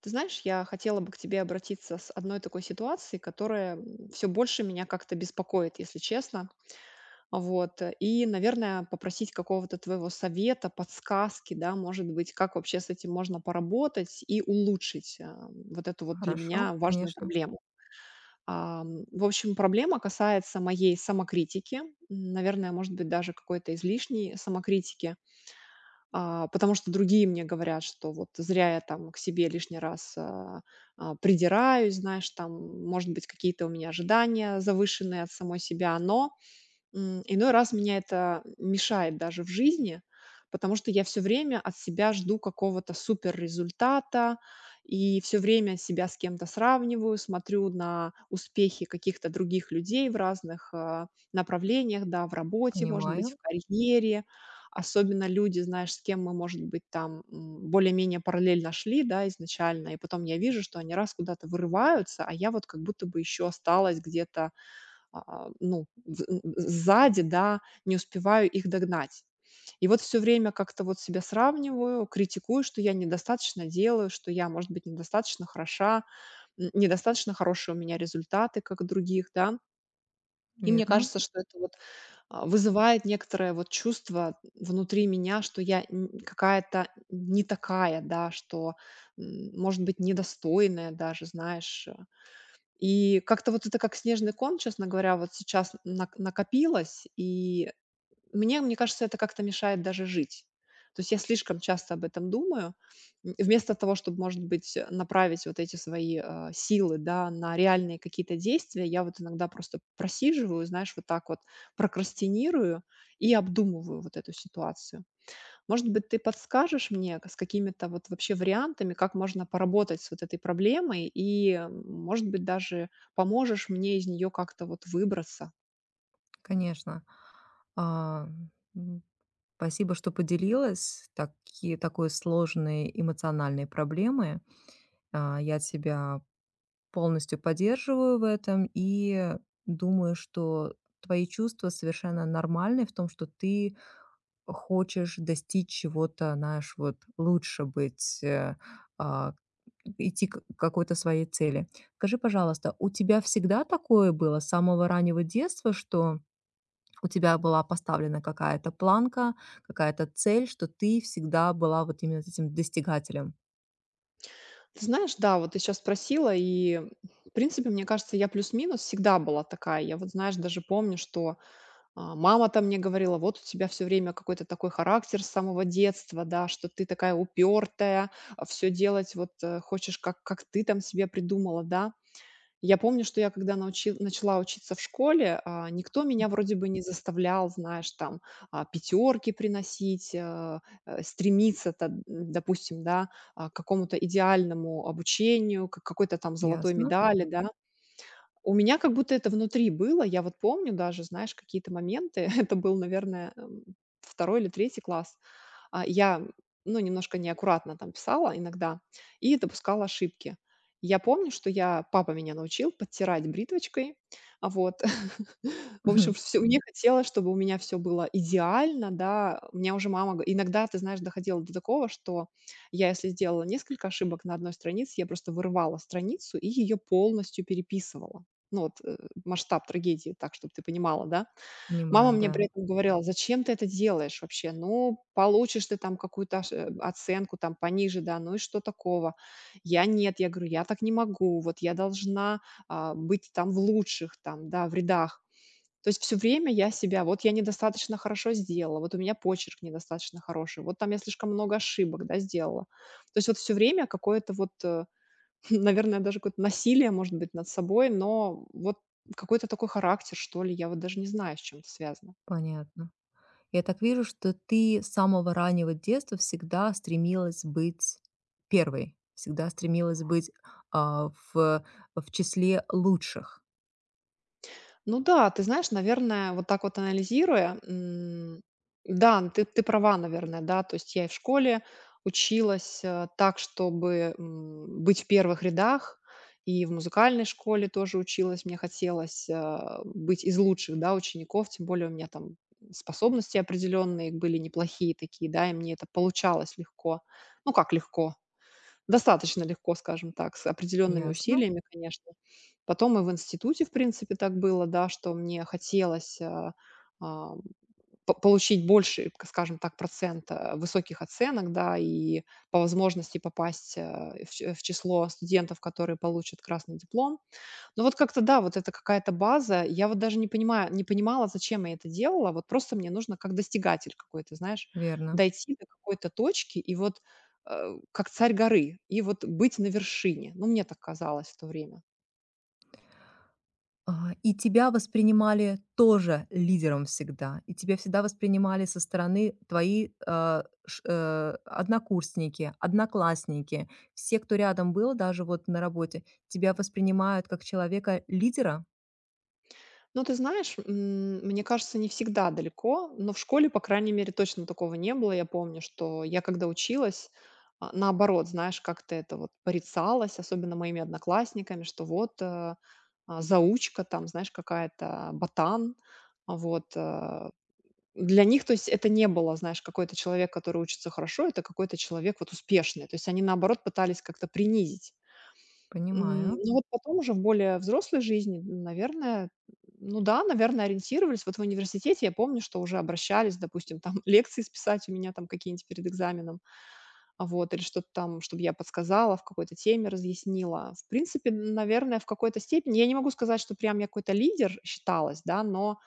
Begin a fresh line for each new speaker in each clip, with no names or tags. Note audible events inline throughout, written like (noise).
Ты знаешь, я хотела бы к тебе обратиться с одной такой ситуацией, которая все больше меня как-то беспокоит, если честно. Вот. И, наверное, попросить какого-то твоего совета, подсказки, да, может быть, как вообще с этим можно поработать и улучшить вот эту вот для
Хорошо,
меня важную
конечно,
проблему. В общем, проблема касается моей самокритики, наверное, может быть, даже какой-то излишней самокритики. Потому что другие мне говорят, что вот зря я там к себе лишний раз, придираюсь, знаешь, там, может быть, какие-то у меня ожидания завышенные от самой себя, но иной раз меня это мешает даже в жизни, потому что я все время от себя жду какого-то супер результата и все время себя с кем-то сравниваю, смотрю на успехи каких-то других людей в разных, направлениях, да, в работе, может быть, в
понимаю,
карьере. Особенно люди, знаешь, с кем мы, может быть, там, более-менее параллельно шли, да, изначально, и потом я вижу, что они раз куда-то вырываются, а я вот как будто бы еще осталась где-то ну, з сзади, да, не успеваю их догнать. И вот все время как-то вот себя сравниваю, критикую, что я недостаточно делаю, что я, может быть, недостаточно хороша, н недостаточно хорошие у меня результаты, как у других, да. И мне
верно,
кажется, что это вот, вызывает некоторое вот чувство внутри меня, что я н какая-то не такая, да, что, может быть, недостойная даже, знаешь, и как-то вот это как снежный ком, честно говоря, вот сейчас накопилось, и мне кажется, это как-то мешает даже жить. То есть я слишком часто об этом думаю. Вместо того, чтобы, может быть, направить вот эти свои, силы, да, на реальные какие-то действия, я вот иногда просто просиживаю, знаешь, вот так вот прокрастинирую и обдумываю вот эту ситуацию. Может быть, ты подскажешь мне с какими-то вот вообще вариантами, как можно поработать с вот этой проблемой и, может быть, даже поможешь мне из нее как-то вот выбраться.
конечно. А, м, Спасибо, что поделилась таки такой сложной эмоциональной проблемой. Я тебя полностью поддерживаю в этом и думаю, что твои чувства совершенно нормальны в том, что ты хочешь достичь чего-то, знаешь, вот лучше быть, а, идти к какой-то своей цели. Скажи, пожалуйста, у тебя всегда такое было с самого раннего детства, что у тебя была поставлена какая-то планка, какая-то цель, что ты всегда была вот именно этим достигателем?
Ты знаешь, да, вот ты сейчас спросила, и, в принципе, мне кажется, я плюс-минус всегда была такая. Я вот, знаешь, даже помню, что, мама-то мне говорила: "Вот у тебя все время какой-то такой характер с самого детства, да, что ты такая упертая, все делать вот, хочешь, как ты там себе придумала", да. Я помню, что я когда научи начала учиться в школе, никто меня вроде бы не заставлял, знаешь, там, пятерки приносить, стремиться, та допустим, да, к какому-то идеальному обучению, к какой-то там золотой
Ясно.
медали, да. У меня как будто это внутри было. Я вот помню даже, знаешь, какие-то моменты. (laughs) Это был, наверное, 2 или третий класс. Я, ну, немножко неаккуратно там писала иногда и допускала ошибки. Я помню, что я папа меня научил подтирать бритвочкой. Вот. (laughs) В общем,
(laughs)
всё мне хотелось, чтобы у меня все было идеально, да. У меня уже мама го иногда, ты знаешь, доходило до такого, что я, если сделала несколько ошибок на одной странице, я просто вырывала страницу и ее полностью переписывала. Ну, вот, масштаб трагедии, так, чтобы ты понимала, да. Мама
Понимаю,
мне при
да,
этом говорила: "Зачем ты это делаешь вообще? Ну, получишь ты там какую-то оценку там пониже, да, ну и что такого?" Я: "Нет". Я говорю: "Я так не могу, вот я должна, быть там в лучших там, да, в рядах". То есть все время я себя: вот я недостаточно хорошо сделала, вот у меня почерк недостаточно хороший, вот там я слишком много ошибок, да, сделала. То есть вот все время какое-то вот, (laughs) Наверное, даже какое-то насилие, может быть, над собой, но вот какой-то такой характер, что ли. Я вот даже не знаю, с чем это связано.
понятно. Я так вижу, что ты с самого раннего детства всегда стремилась быть первой, всегда стремилась быть а, в, в числе лучших.
Ну да, ты знаешь, наверное, вот так вот анализируя, да, ты права, наверное, да, то есть я и в школе училась так, чтобы быть в первых рядах, и в музыкальной школе тоже училась, мне хотелось быть из лучших, да, учеников, тем более у меня там способности определенные были неплохие такие, да, и мне это получалось легко. Ну, как легко, достаточно легко, скажем так, с определенными
Ясно?
усилиями, конечно. Потом и в институте, в принципе, так было, да, что мне хотелось, а, ам, по получить больше, к скажем так, процент, высоких оценок, да, и по возможности попасть, в число студентов, которые получат красный диплом. Ну вот как-то да, вот это какая-то база. Я вот даже не понимала, зачем я это делала. Вот просто мне нужно как достигатель какой-то, знаешь,
Верно.
дойти до какой-то точки и вот, как царь горы, и вот быть на вершине. Ну, мне так казалось в то время.
И тебя воспринимали тоже лидером всегда, и тебя всегда воспринимали со стороны твои однокурсники, одноклассники, все, кто рядом был, даже вот на работе, тебя воспринимают как человека лидера.
Ну, ты знаешь, мне кажется, не всегда далеко, но в школе, по крайней мере, точно такого не было. Я помню, что я когда училась, наоборот, знаешь, как-то это вот порицалось, особенно моими одноклассниками, что вот заучка там, знаешь, какая-то ботан, вот. Для них, то есть, это не было, знаешь, какой-то человек, который учится хорошо, это какой-то человек вот успешный. То есть они, наоборот, пытались как-то принизить.
Понимаю.
Ну, вот потом уже в более взрослой жизни, наверное, ну да, наверное, ориентировались. Вот в университете я помню, что уже обращались, допустим, там (laughs) лекции списать у меня там какие-нибудь перед экзаменом, вот, или что-то там, чтобы я подсказала, в какой-то теме разъяснила. В принципе, наверное, в какой-то степени, я не могу сказать, что прям я какой-то лидер считалась, да, но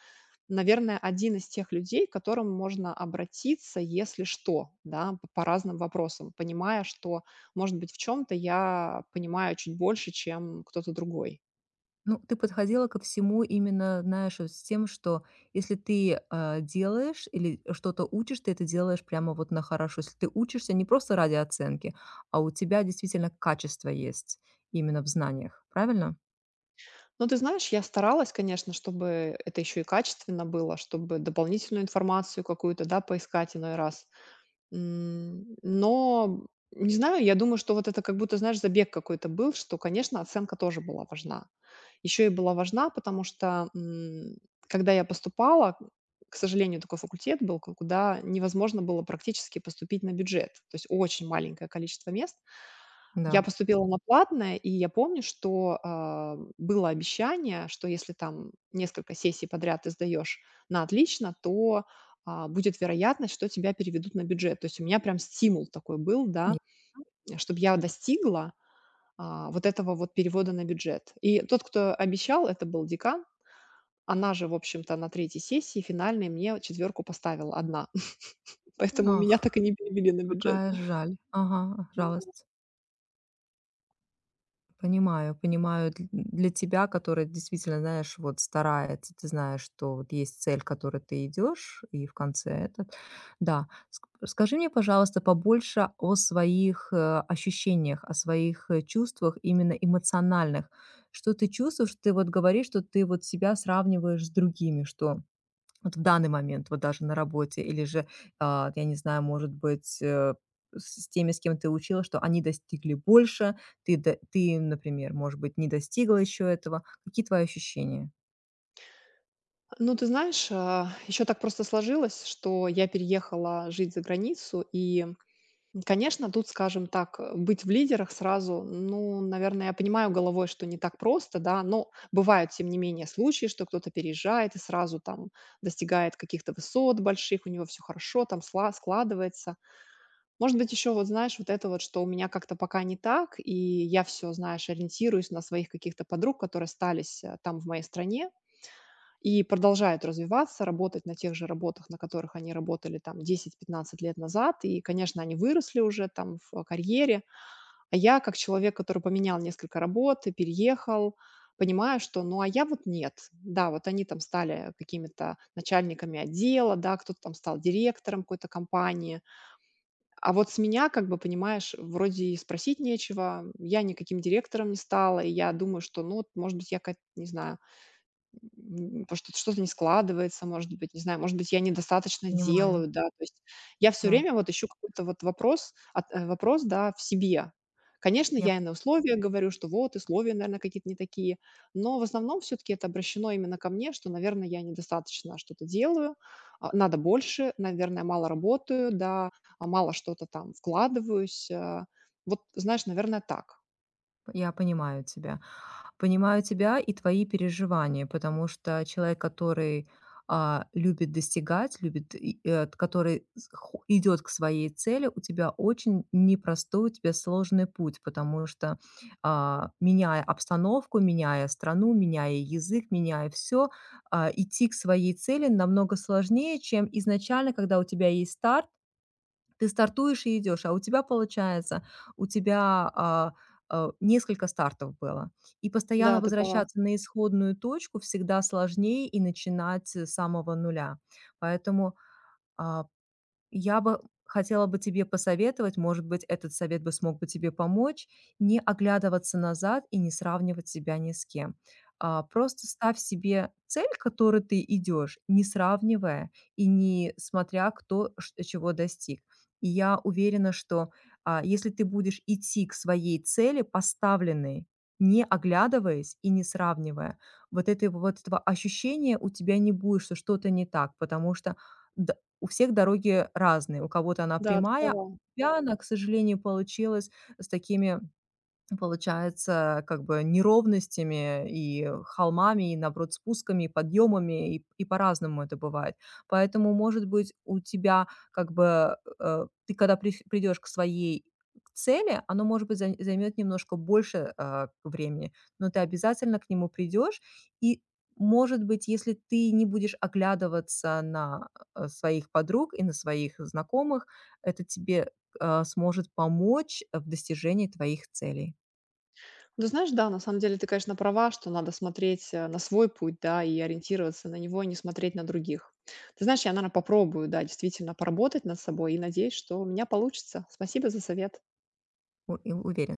наверное, один из тех людей, к которому можно обратиться, если что, да, по разным вопросам, понимая, что, может быть, в чем то я понимаю чуть больше, чем кто-то другой.
Ну, ты подходила ко всему именно, знаешь, вот с тем, что если ты, делаешь или что-то учишь, ты это делаешь прямо вот на хорошо. Если ты учишься не просто ради оценки, а у тебя действительно качество есть именно в знаниях. Правильно?
Но ты знаешь, я старалась, конечно, чтобы это еще и качественно было, чтобы дополнительную информацию какую-то, да, поискать иной раз. Но не знаю, я думаю, что вот это как будто, знаешь, забег какой-то был, что, конечно, оценка тоже была важна. Еще и была важна, потому что, когда я поступала, к сожалению, такой факультет был, ку куда невозможно было практически поступить на бюджет. То есть очень маленькое количество мест. Я
Да.
поступила на платное, и я помню, что, было обещание, что если там несколько сессий подряд ты сдаешь на отлично, то, будет вероятность, что тебя переведут на бюджет. То есть у меня прям стимул такой был,
Не
да, чтобы я достигла, вот этого вот перевода на бюджет. И тот, кто обещал, это был декан. Она же, в общем-то, на третьей сессии финальной мне четверку поставила одна. (laughs) Поэтому
ах,
меня так и не перевели на бюджет.
какая жаль. Ага, жалость. Понимаю, понимаю. Дл Для тебя, которая действительно, знаешь, вот старается, ты знаешь, что вот есть цель, к которой ты идешь, и в конце этот да. Ск Скажи мне, пожалуйста, побольше о своих, ощущениях, о своих, чувствах именно эмоциональных. Что ты чувствуешь? Ты вот говоришь, что ты вот себя сравниваешь с другими, что вот в данный момент, вот даже на работе, или же, я не знаю, может быть, с теми, с кем ты училась, что они достигли больше, ты, например, может быть, не достигла еще этого. Какие твои ощущения?
Ну, ты знаешь, еще так просто сложилось, что я переехала жить за границу, и, конечно, тут, скажем так, быть в лидерах сразу, ну, наверное, я понимаю головой, что не так просто, да, но бывают, тем не менее, случаи, что кто-то переезжает и сразу там достигает каких-то высот больших, у него все хорошо, там складывается. Может быть, еще вот, знаешь, вот это вот, что у меня как-то пока не так, и я все, знаешь, ориентируюсь на своих каких-то подруг, которые остались там в моей стране, и продолжают развиваться, работать на тех же работах, на которых они работали там 10-15 лет назад. И, конечно, они выросли уже там в карьере. А я, как человек, который поменял несколько работ и переехал, понимаю, что ну а я вот нет. Да, вот они там стали какими-то начальниками отдела, да, кто-то там стал директором какой-то компании. А вот с меня, как бы, понимаешь, вроде и спросить нечего. Я никаким директором не стала, и я думаю, что ну вот, может быть, я, не знаю, потому что что-то не складывается, может быть, не знаю, может быть, я недостаточно
Понимаю,
делаю, да. То есть я все
да,
время вот ищу какой-то вот вопрос вопрос, да, в себе. Конечно,
я
я и на условия говорю, что вот условия, наверное, какие-то не такие, но в основном все таки это обращено именно ко мне, что, наверное, я недостаточно что-то делаю, надо больше, наверное, мало работаю, да, мало что-то там вкладываюсь. Вот, знаешь, наверное, так.
я понимаю тебя. Понимаю тебя и твои переживания, потому что человек, который любит достигать, любит, который идет к своей цели, у тебя очень непростой, у тебя сложный путь, потому что меняя обстановку, меняя страну, меняя язык, меняя все, идти к своей цели намного сложнее, чем изначально, когда у тебя есть старт, ты стартуешь и идешь, а у тебя получается, у тебя, а, несколько стартов было. И постоянно
Да, ты права.
возвращаться на исходную точку всегда сложнее и начинать с самого нуля. Поэтому, а, я бы хотела бы тебе посоветовать, может быть, этот совет бы смог бы тебе помочь, не оглядываться назад и не сравнивать себя ни с кем. Просто ставь себе цель, к которой ты идешь, не сравнивая и не смотря, чего достиг. И я уверена, что если ты будешь идти к своей цели, поставленной, не оглядываясь и не сравнивая, вот, этой вот этого ощущения у тебя не будет, что что-то не так, потому что д- у всех дороги разные. У кого-то она
Да, ты
прямая, а
права.
у тебя она, к сожалению, получилась с такими, получается, как бы неровностями и холмами, и наоборот спусками, и подъемами, и по-разному это бывает. Поэтому, может быть, у тебя как бы ты когда придешь к своей цели, оно, может быть, займет немножко больше времени, но ты обязательно к нему придешь. И, может быть, если ты не будешь оглядываться на своих подруг и на своих знакомых, это тебе сможет помочь в достижении твоих целей.
Ну, знаешь, да, на самом деле ты, конечно, права, что надо смотреть на свой путь, да, и ориентироваться на него, и не смотреть на других. Ты знаешь, я, наверное, попробую, да, действительно поработать над собой и надеюсь, что у меня получится. Спасибо за совет.
У и уверен.